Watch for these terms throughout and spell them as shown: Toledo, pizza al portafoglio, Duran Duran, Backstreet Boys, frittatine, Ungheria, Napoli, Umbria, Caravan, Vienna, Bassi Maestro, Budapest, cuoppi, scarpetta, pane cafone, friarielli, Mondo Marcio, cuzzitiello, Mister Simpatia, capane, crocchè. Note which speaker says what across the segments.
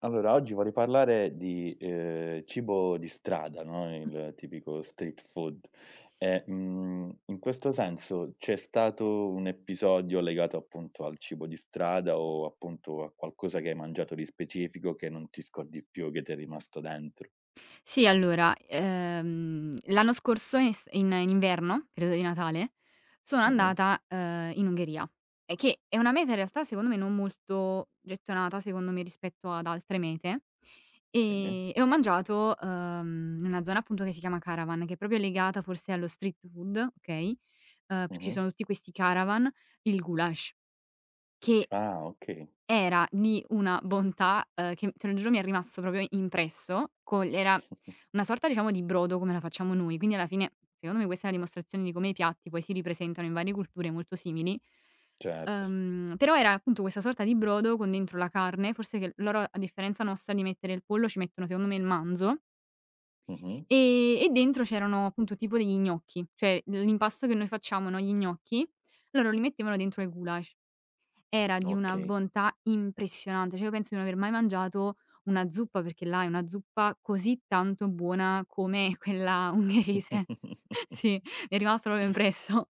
Speaker 1: Allora, oggi vorrei parlare di, cibo di strada, no, il tipico street food.
Speaker 2: S
Speaker 1: In questo senso c'è stato un episodio legato appunto al cibo di strada o appunto a qualcosa che hai mangiato di specifico che non ti scordi più, che ti è rimasto dentro?
Speaker 2: Sì, allora, l'anno scorso in es in in inverno, periodo di Natale, sono
Speaker 1: Mh-mh.
Speaker 2: andata, in Ungheria, e che è una meta in realtà secondo me non molto gettonata, secondo me, rispetto ad altre mete,
Speaker 1: Sì.
Speaker 2: e ho mangiato, in una zona appunto che si chiama Caravan, che è proprio legata forse allo street food. Okay, perché ci
Speaker 1: Mh-mh.
Speaker 2: sono tutti questi caravan, il goulash, che
Speaker 1: Ah, okay.
Speaker 2: era di una bontà, che te lo giuro mi è rimasto proprio impresso, co era una sorta diciamo di brodo come la facciamo noi, quindi alla fine secondo me questa è la dimostrazione di come i piatti poi si ripresentano in varie culture molto simili.
Speaker 1: Certo.
Speaker 2: Però era appunto questa sorta di brodo con dentro la carne, forse che loro a differenza nostra di mettere il pollo ci mettono secondo me il manzo,
Speaker 1: Mh-mh.
Speaker 2: e dentro c'erano appunto tipo degli gnocchi, cioè l'impasto che noi facciamo, no, gli gnocchi, loro li mettevano dentro ai goulash. Era di una
Speaker 1: Okay.
Speaker 2: bontà impressionante, cioè io penso di non aver mai mangiato una zuppa, perché là è una zuppa così tanto buona come quella ungherese. Sì, mi è rimasto proprio impresso.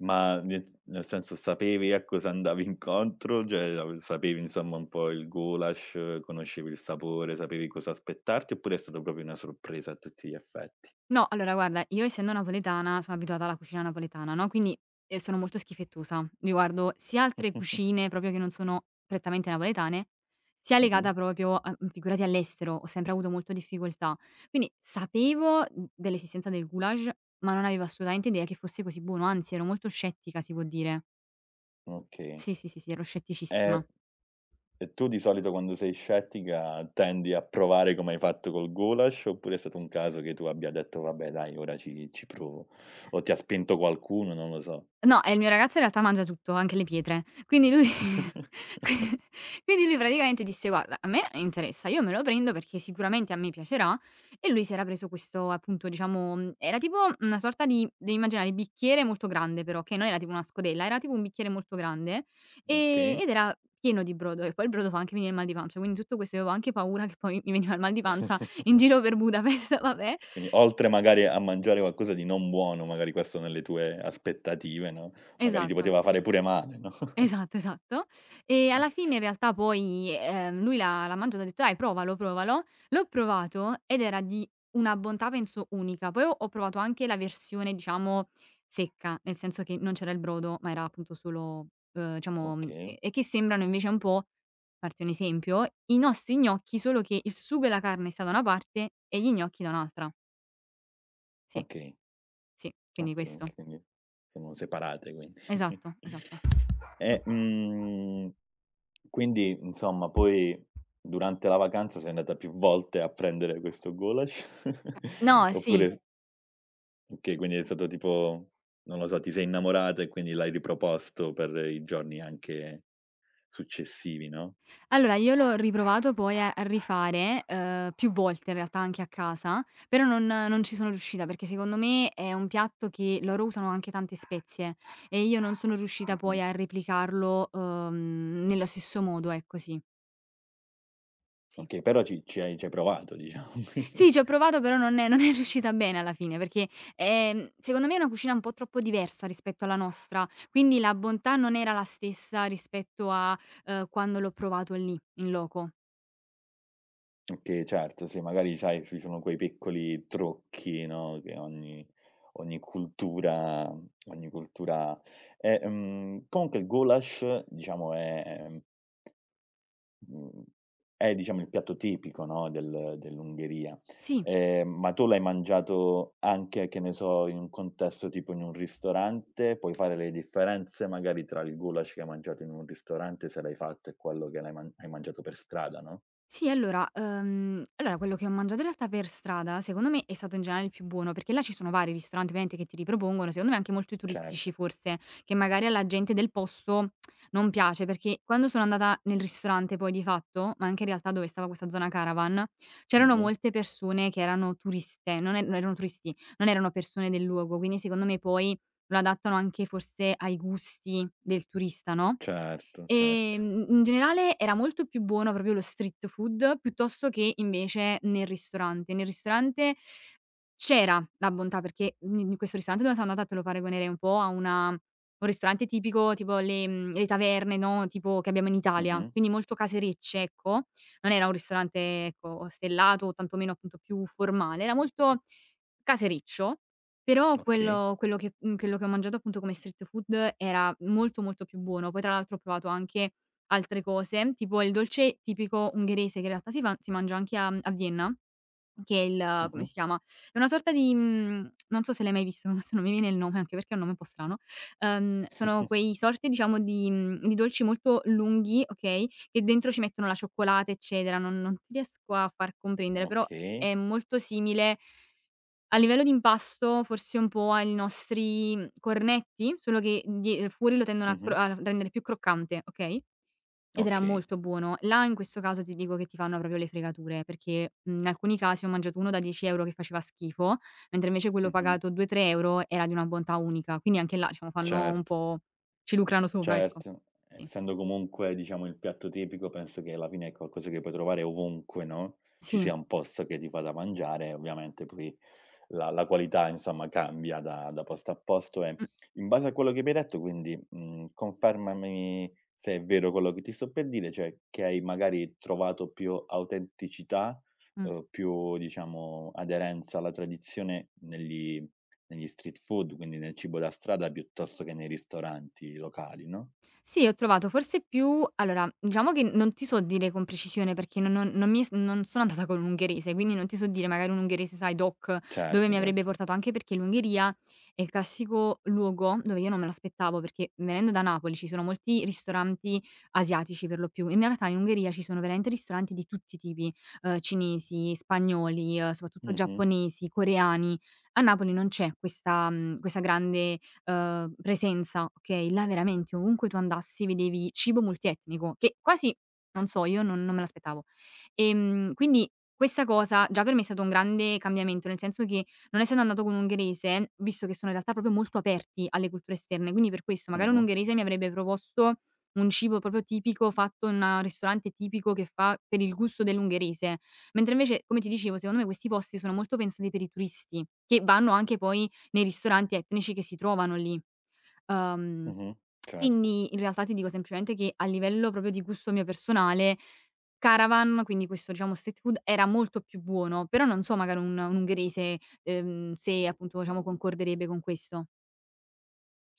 Speaker 1: Ma nel senso sapevi a cosa andavi incontro? Cioè, av sapevi insomma un po' il goulash, conoscevi il sapore, sapevi cosa aspettarti, oppure è stata proprio una sorpresa a tutti gli effetti?
Speaker 2: No, allora guarda, io essendo napoletana sono abituata alla cucina napoletana, no, quindi, sono molto schifettosa riguardo sia altre cucine proprio che non sono prettamente napoletane, sia
Speaker 1: Mh-mh.
Speaker 2: legata proprio a figurati all'estero, ho sempre avuto molto difficoltà. Quindi sapevo, dell'esistenza del goulash, ma non avevo assolutamente idea che fosse così buono, anzi ero molto scettica si può dire.
Speaker 1: Okay.
Speaker 2: Sì, sì, sì, sì, ero scetticissima.
Speaker 1: E e tu di solito quando sei scettica tendi a provare come hai fatto col goulash, oppure è stato un caso che tu abbia detto: "Vabbè dai, ora ci provo", o ti ha spinto qualcuno, non lo so.
Speaker 2: No, e il mio ragazzo in realtà mangia tutto, anche le pietre. Quindi lui qui quindi lui praticamente disse: "Guarda, a me interessa, io me lo prendo perché sicuramente a me piacerà". E lui si era preso questo appunto, diciamo, era tipo una sorta di devi immaginare bicchiere molto grande però, che non era tipo una scodella, era tipo un bicchiere molto grande,
Speaker 1: Okay.
Speaker 2: ed era pieno di brodo e poi il brodo fa anche venire il mal di pancia, quindi tutto questo io avevo anche paura che poi mi veniva il mal di pancia in giro per Budapest, vabbè.
Speaker 1: Quindi oltre magari a mangiare qualcosa di non buono, magari questo nelle tue aspettative, no, magari ti
Speaker 2: Esatto.
Speaker 1: poteva fare pure male, no?
Speaker 2: Esatto, esatto. E alla fine in realtà poi, lui l'ha mangiato e ha detto: "Dai provalo, provalo". L'ho provato ed era di una bontà penso unica. Poi ho provato anche la versione diciamo secca, nel senso che non c'era il brodo, ma era appunto solo, diciamo,
Speaker 1: Okay,
Speaker 2: e che sembrano invece un po' farti un esempio, i nostri gnocchi, solo che il sugo e la carne sta da una parte e gli gnocchi da un'altra. Sì,
Speaker 1: okay,
Speaker 2: sì, quindi
Speaker 1: okay,
Speaker 2: questo.
Speaker 1: okay, quindi sono separate quindi.
Speaker 2: Esatto, esatto. Mh.
Speaker 1: E, mhmm, quindi insomma poi durante la vacanza sei andata più volte a prendere questo goulash?
Speaker 2: No, sì.
Speaker 1: Oppure s okay, quindi è stato tipo, non lo so, ti sei innamorata e quindi l'hai riproposto per i giorni anche successivi, no?
Speaker 2: Allora, io l'ho riprovato poi a rifare, più volte in realtà anche a casa, però non ci sono riuscita, perché secondo me è un piatto che loro usano anche tante spezie e io non sono riuscita poi
Speaker 1: Mh-mh.
Speaker 2: a replicarlo, nello stesso modo, ecco, sì, sì.
Speaker 1: Okay, però ci hai provato diciamo.
Speaker 2: Sì, ci ho provato però non è riuscita bene alla fine, perché, secondo me è una cucina un po' troppo diversa rispetto alla nostra, quindi la bontà non era la stessa rispetto a, quando l'ho provato lì, in loco.
Speaker 1: Okay, certo, sì, magari sai, ci sono quei piccoli trucchi, no, che ogni cultura ogni cultura ha. Comunque il goulash diciamo è Mhmm, è diciamo il piatto tipico, no, dell'Ungheria.
Speaker 2: Sì.
Speaker 1: Ma tu l'hai mangiato anche, che ne so, in un contesto tipo in un ristorante? Puoi fare le differenze magari tra il goulash che hai mangiato in un ristorante, se l'hai fatto, e quello che l'hai man hai mangiato per strada, no?
Speaker 2: Sì, allora, quello che ho mangiato in realtà per strada, secondo me, è stato in generale il più buono, perché là ci sono vari ristoranti ovviamente che ti ripropongono, secondo me anche molto turistici
Speaker 1: Certo.
Speaker 2: forse, che magari alla gente del posto non piace, perché quando sono andata nel ristorante poi di fatto, ma anche in realtà dove stava questa zona caravan, c'erano
Speaker 1: Mh-mh.
Speaker 2: molte persone che erano turiste, non erano turisti, non erano persone del luogo, quindi secondo me poi lo adattano anche forse ai gusti del turista, no?
Speaker 1: Certo, certo.
Speaker 2: In generale era molto più buono proprio lo street food, piuttosto che invece nel ristorante. Nel ristorante c'era la bontà, perché in questo ristorante dove sono andata te lo paragonerei un po' a una un ristorante tipico, tipo le taverne, no, tipo che abbiamo in Italia,
Speaker 1: Mh-mh.
Speaker 2: quindi molto caserecce, ecco. Non era un ristorante, ecco, stellato o tantomeno appunto più formale, era molto casereccio, però
Speaker 1: Okay.
Speaker 2: quello che ho mangiato appunto come street food era molto, molto più buono. Poi tra l'altro ho provato anche altre cose, tipo il dolce tipico ungherese, che in realtà si mangia anche a Vienna, che è il come
Speaker 1: Mh-mh.
Speaker 2: si chiama? È una sorta di non so se l'hai mai visto, adesso non mi viene il nome, anche perché è un nome un po' strano. Sono quei sorti diciamo di dolci molto lunghi, okay, che dentro ci mettono la cioccolata, eccetera. Non ti riesco a far comprendere, però
Speaker 1: Okay.
Speaker 2: è molto simile a livello di impasto forse un po' ai nostri, cornetti, solo che die fuori lo tendono a cro
Speaker 1: Mh-mh.
Speaker 2: a rendere più croccante, okay, ed era
Speaker 1: Okay.
Speaker 2: molto buono. Là in questo caso ti dico che ti fanno proprio le fregature, perché, in alcuni casi ho mangiato uno da 10 € che faceva schifo, mentre invece quello
Speaker 1: Mh-mh.
Speaker 2: pagato 2, 3 € era di una bontà unica. Quindi anche là, diciamo, fanno un
Speaker 1: Cert
Speaker 2: po', ci lucrano sopra, ecco.
Speaker 1: Certo,
Speaker 2: Sì.
Speaker 1: essendo comunque diciamo il piatto tipico penso che alla fine è qualcosa che puoi trovare ovunque, no, ci
Speaker 2: Sì.
Speaker 1: sia un posto che ti fa da mangiare, ovviamente poi la qualità insomma cambia da posto a posto e
Speaker 2: Mh,
Speaker 1: in base a quello che mi hai detto quindi, confermami se è vero quello che ti sto per dire, cioè che hai magari trovato più autenticità,
Speaker 2: mh.
Speaker 1: più diciamo aderenza alla tradizione negli street food, quindi nel cibo da strada piuttosto che nei ristoranti locali, no?
Speaker 2: Sì, ho trovato forse più allora, diciamo che non ti so dire con precisione perché non non non mi s non sono andata con l'ungherese, quindi non ti so dire magari un ungherese, sai, doc, dove
Speaker 1: Certo,
Speaker 2: mi avrebbe
Speaker 1: certo.
Speaker 2: portato, anche perché l'Ungheria è il classico luogo dove io non me l'aspettavo, perché venendo da Napoli ci sono molti ristoranti asiatici per lo più. In realtà in Ungheria ci sono veramente ristoranti di tutti i tipi, cinesi, spagnoli, soprattutto
Speaker 1: Mh-mh,
Speaker 2: giapponesi, coreani. A Napoli non c'è questa grande presenza, okay, là veramente ovunque tu andassi vedevi cibo multietnico, che quasi non so, io non me l'aspettavo. Quindi questa cosa già per me è stato un grande cambiamento, nel senso che non essendo andata con un ungherese, visto che sono in realtà proprio molto aperti alle culture esterne, quindi per questo magari un
Speaker 1: mh-mh,
Speaker 2: ungherese mi avrebbe proposto un cibo proprio tipico fatto in un ristorante tipico che fa per il gusto dell'ungherese, mentre invece, come ti dicevo, secondo me questi posti sono molto pensati per i turisti, che vanno anche poi nei ristoranti etnici che si trovano lì. Uhm,
Speaker 1: mh-mh, certo.
Speaker 2: quindi in realtà ti dico semplicemente che a livello proprio di gusto mio personale, Caravan, quindi questo diciamo street food, era molto più buono, però non so magari un ungherese, se appunto diciamo concorderebbe con questo.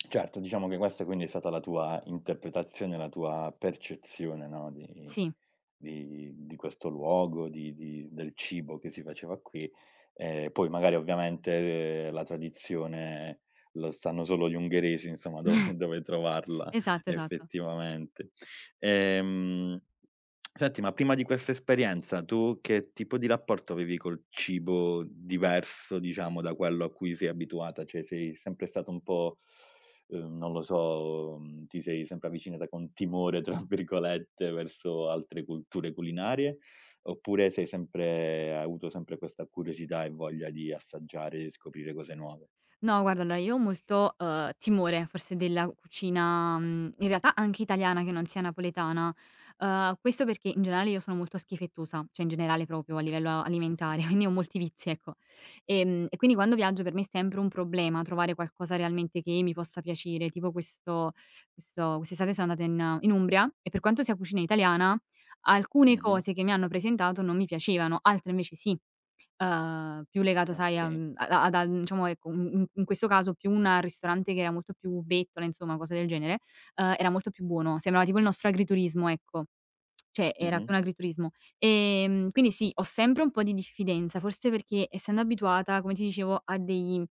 Speaker 1: Certo, diciamo che questa quindi è stata la tua interpretazione, la tua percezione, no, di
Speaker 2: Sì,
Speaker 1: di questo luogo, di del cibo che si faceva qui. Poi magari ovviamente la tradizione lo sanno solo gli ungheresi, insomma, dove dove trovarla
Speaker 2: esatto, esatto.
Speaker 1: effettivamente. Ehm, senti, ma prima di questa esperienza tu che tipo di rapporto avevi col cibo diverso, diciamo, da quello a cui sei abituata? Cioè sei sempre stata un po' non lo so, ti sei sempre avvicinata con "timore" tra virgolette verso altre culture culinarie, oppure sei sempre hai avuto sempre questa curiosità e voglia di assaggiare e scoprire cose nuove?
Speaker 2: No, guarda, allora io ho molto, timore forse della cucina, in realtà anche italiana che non sia napoletana. Questo perché in generale io sono molto schifettosa, cioè in generale proprio a livello alimentare, quindi ho molti vizi, ecco. E quindi quando viaggio per me è sempre un problema trovare qualcosa realmente che mi possa piacere, tipo questo quest'estate sono andata in Umbria e per quanto sia cucina italiana, alcune
Speaker 1: Mh-mh.
Speaker 2: cose che mi hanno presentato non mi piacevano, altre invece sì. Più legato sai a
Speaker 1: Okay.
Speaker 2: mhmm, a ad a diciamo ecco, in questo caso più un ristorante che era molto più bettola, insomma, cose del genere, era molto più buono, sembrava tipo il nostro agriturismo, ecco. Cioè era più
Speaker 1: Mh-mh.
Speaker 2: un agriturismo. Quindi sì, ho sempre un po' di diffidenza, forse perché essendo abituata, come ti dicevo, a dei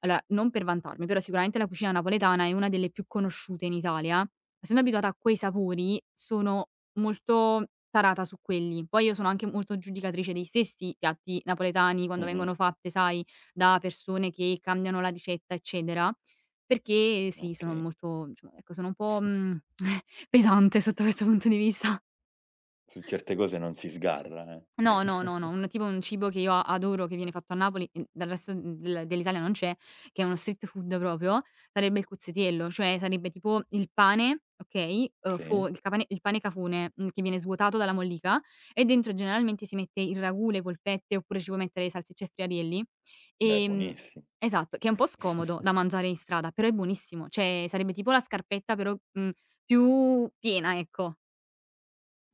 Speaker 2: allora non per vantarmi, però sicuramente la cucina napoletana è una delle più conosciute in Italia. Essendo abituata a quei sapori, sono molto tarata su quelli. Poi io sono anche molto giudicatrice dei stessi piatti napoletani quando
Speaker 1: Mh-mh.
Speaker 2: vengono fatte, sai, da persone che cambiano la ricetta, eccetera, perché sì, sono
Speaker 1: Okay.
Speaker 2: molto diciamo, ecco, sono un po', pesante sotto questo punto di vista.
Speaker 1: Su certe cose non si sgarra, eh.
Speaker 2: No, no, no, no, un cibo che io a adoro, che viene fatto a Napoli, dal resto dell'Italia non c'è, che è uno street food proprio, sarebbe il cuzzitiello, cioè sarebbe tipo il pane, okay, fo
Speaker 1: Sì?
Speaker 2: il capane il pane cafone, che viene svuotato dalla mollica e dentro generalmente si mette il ragù, le polpette oppure ci puoi mettere le salsicce e friarielli.
Speaker 1: Beh,
Speaker 2: Ehm
Speaker 1: buonissi
Speaker 2: esatto, che è un po' scomodo da mangiare in strada, però è buonissimo, cioè sarebbe tipo la scarpetta però, più piena, ecco.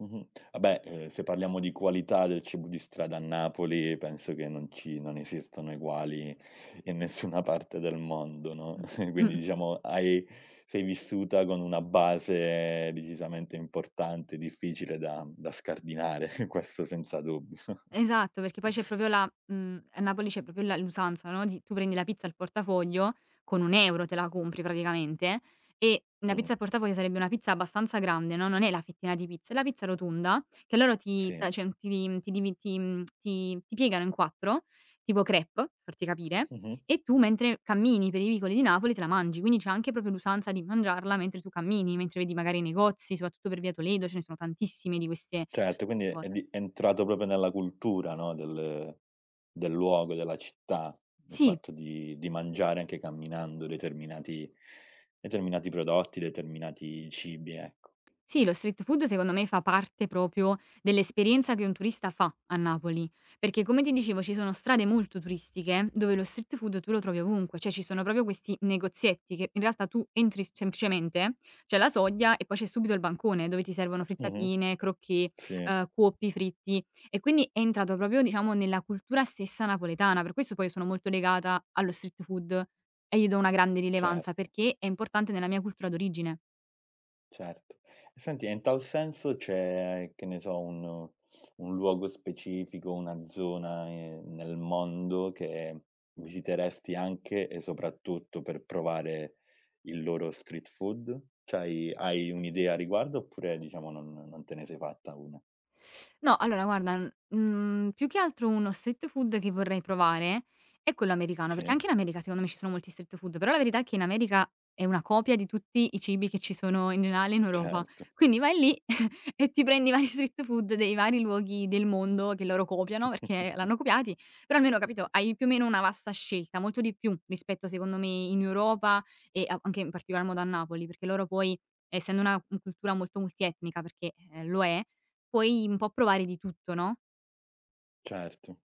Speaker 1: Mh-mh. Vabbè, se parliamo di qualità del cibo di strada a Napoli penso che non esistano eguali in nessuna parte del mondo, no, quindi
Speaker 2: Mh.
Speaker 1: diciamo hai sei vissuta con una base decisamente importante, difficile da scardinare, questo senza dubbio.
Speaker 2: Esatto, perché poi c'è proprio a Napoli c'è proprio la l'usanza, no, di tu prendi la pizza al portafoglio, con 1 € te la compri praticamente, e la pizza
Speaker 1: Mh,
Speaker 2: al portafoglio sarebbe una pizza abbastanza grande, no, non è la fettina di pizza, è la pizza rotonda che loro ti
Speaker 1: sì.
Speaker 2: ta cioè ti ti divi ti mhmm, ti piegano in 4, tipo crêpe, per farti capire,
Speaker 1: Mh-mh.
Speaker 2: e tu mentre cammini per i vicoli di Napoli te la mangi. Quindi c'è anche proprio l'usanza di mangiarla mentre tu cammini, mentre vedi magari i negozi, soprattutto per via Toledo, ce ne sono tantissime di queste
Speaker 1: Certo, quindi
Speaker 2: queste cose.
Speaker 1: è entrato proprio nella cultura, no, del luogo, della città, il
Speaker 2: Sì.
Speaker 1: fatto di mangiare anche camminando determinati prodotti, determinati cibi, ecco.
Speaker 2: Sì, lo street food secondo me fa parte proprio dell'esperienza che un turista fa a Napoli, perché come ti dicevo ci sono strade molto turistiche dove lo street food tu lo trovi ovunque, cioè ci sono proprio questi negozietti che in realtà tu entri semplicemente, c'è la soglia e poi c'è subito il bancone dove ti servono
Speaker 1: Mh-mh.
Speaker 2: frittatine, crocchè,
Speaker 1: Sì,
Speaker 2: cuoppi fritti e quindi è entrato proprio diciamo nella cultura stessa napoletana. Per questo poi sono molto legata allo street food e gli do una grande rilevanza,
Speaker 1: certo.
Speaker 2: perché è importante nella mia cultura d'origine.
Speaker 1: Certo. E senti, e in tal senso c'è, che ne so, un luogo specifico, una zona, nel mondo che visiteresti anche e soprattutto per provare il loro street food? C'hai Hai un'idea a riguardo oppure diciamo non te ne sei fatta una?
Speaker 2: No, allora guarda, più che altro uno street food che vorrei provare è quello americano, perché
Speaker 1: Sì?
Speaker 2: anche in America secondo me ci sono molti street food, però la verità è che in America è una copia di tutti i cibi che ci sono in generale in Europa.
Speaker 1: Certo.
Speaker 2: Quindi vai lì e ti prendi i vari street food dei vari luoghi del mondo che loro copiano, perché l'hanno copiati, però almeno, capito, hai più o meno una vasta scelta, molto di più rispetto secondo me in Europa e a anche in particolar modo a Napoli, perché loro poi essendo una, cultura molto multietnica, perché, lo è. Puoi un po' provare di tutto, no?
Speaker 1: Certo.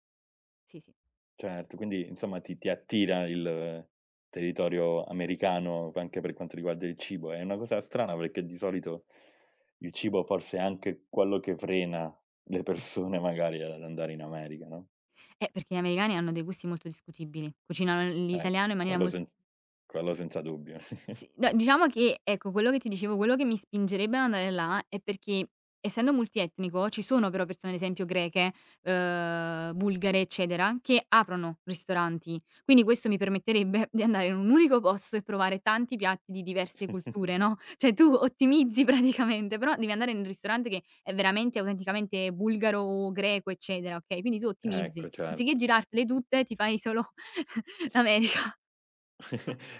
Speaker 2: Sì, sì.
Speaker 1: Certo, quindi insomma ti attira il territorio americano anche per quanto riguarda il cibo. È una cosa strana perché di solito il cibo forse è anche quello che frena le persone magari ad andare in America, no,
Speaker 2: Perché gli americani hanno dei gusti molto discutibili. Cucinano
Speaker 1: ecco,
Speaker 2: l'italiano in maniera molto.
Speaker 1: quello senza dubbio.
Speaker 2: Sì, no, diciamo che, ecco, quello che ti dicevo, quello che mi spingerebbe ad andare là è perché, essendo multietnico, ci sono però persone, ad esempio greche, bulgare, eccetera, che aprono ristoranti. Quindi questo mi permetterebbe di andare in un unico posto e provare tanti piatti di diverse culture, no, cioè tu ottimizzi praticamente, però devi andare nel ristorante che è veramente autenticamente bulgaro o greco, eccetera, okay, quindi tu ottimizzi.
Speaker 1: Ecco,
Speaker 2: Anziché
Speaker 1: certo.
Speaker 2: girartele tutte, ti fai solo l'America.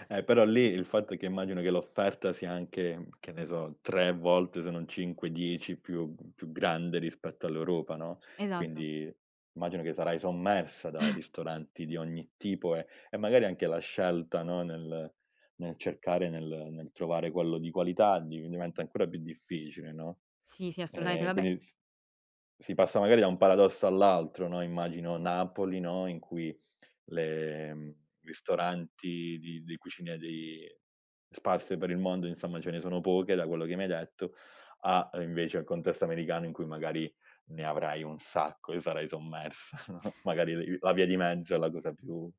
Speaker 1: Però lì il fatto è che immagino che l'offerta sia anche, che ne so, 3 volte se non 5, 10 più grande rispetto all'Europa, no,
Speaker 2: Esatto.
Speaker 1: quindi immagino che sarai sommersa da ristoranti di ogni tipo e magari anche la scelta, no, nel cercare, nel trovare quello di qualità di diventa ancora più difficile, no,
Speaker 2: Sì, sì, assolutamente. Vabbè.
Speaker 1: quindi s si passa magari da un paradosso all'altro, no, immagino Napoli, no, in cui le mhmm, ristoranti di cucine di sparse per il mondo, insomma ce ne sono poche da quello che mi hai detto, a invece al contesto americano in cui magari ne avrai un sacco e sarai sommersa, no, magari l la via di mezzo è la cosa più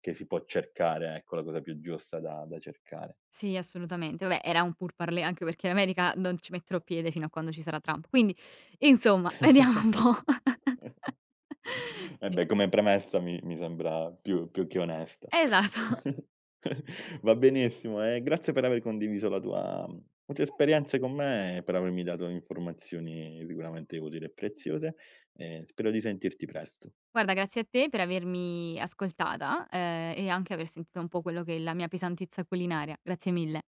Speaker 1: che si può cercare, ecco, la cosa più giusta da cercare.
Speaker 2: Sì, assolutamente. Vabbè, era un pourparlers, anche perché in America non ci metterò piede fino a quando ci sarà Trump. Quindi, insomma, vediamo un po'.
Speaker 1: Eh
Speaker 2: Sì,
Speaker 1: beh, come premessa mi sembra più che onesta.
Speaker 2: esatto.
Speaker 1: Va benissimo, e grazie per aver condiviso la tua le tue esperienze con me e per avermi dato informazioni sicuramente utili e preziose, e spero di sentirti presto.
Speaker 2: Guarda, grazie a te per avermi ascoltata, e anche aver sentito un po' quello che è la mia pesantezza culinaria. Grazie mille.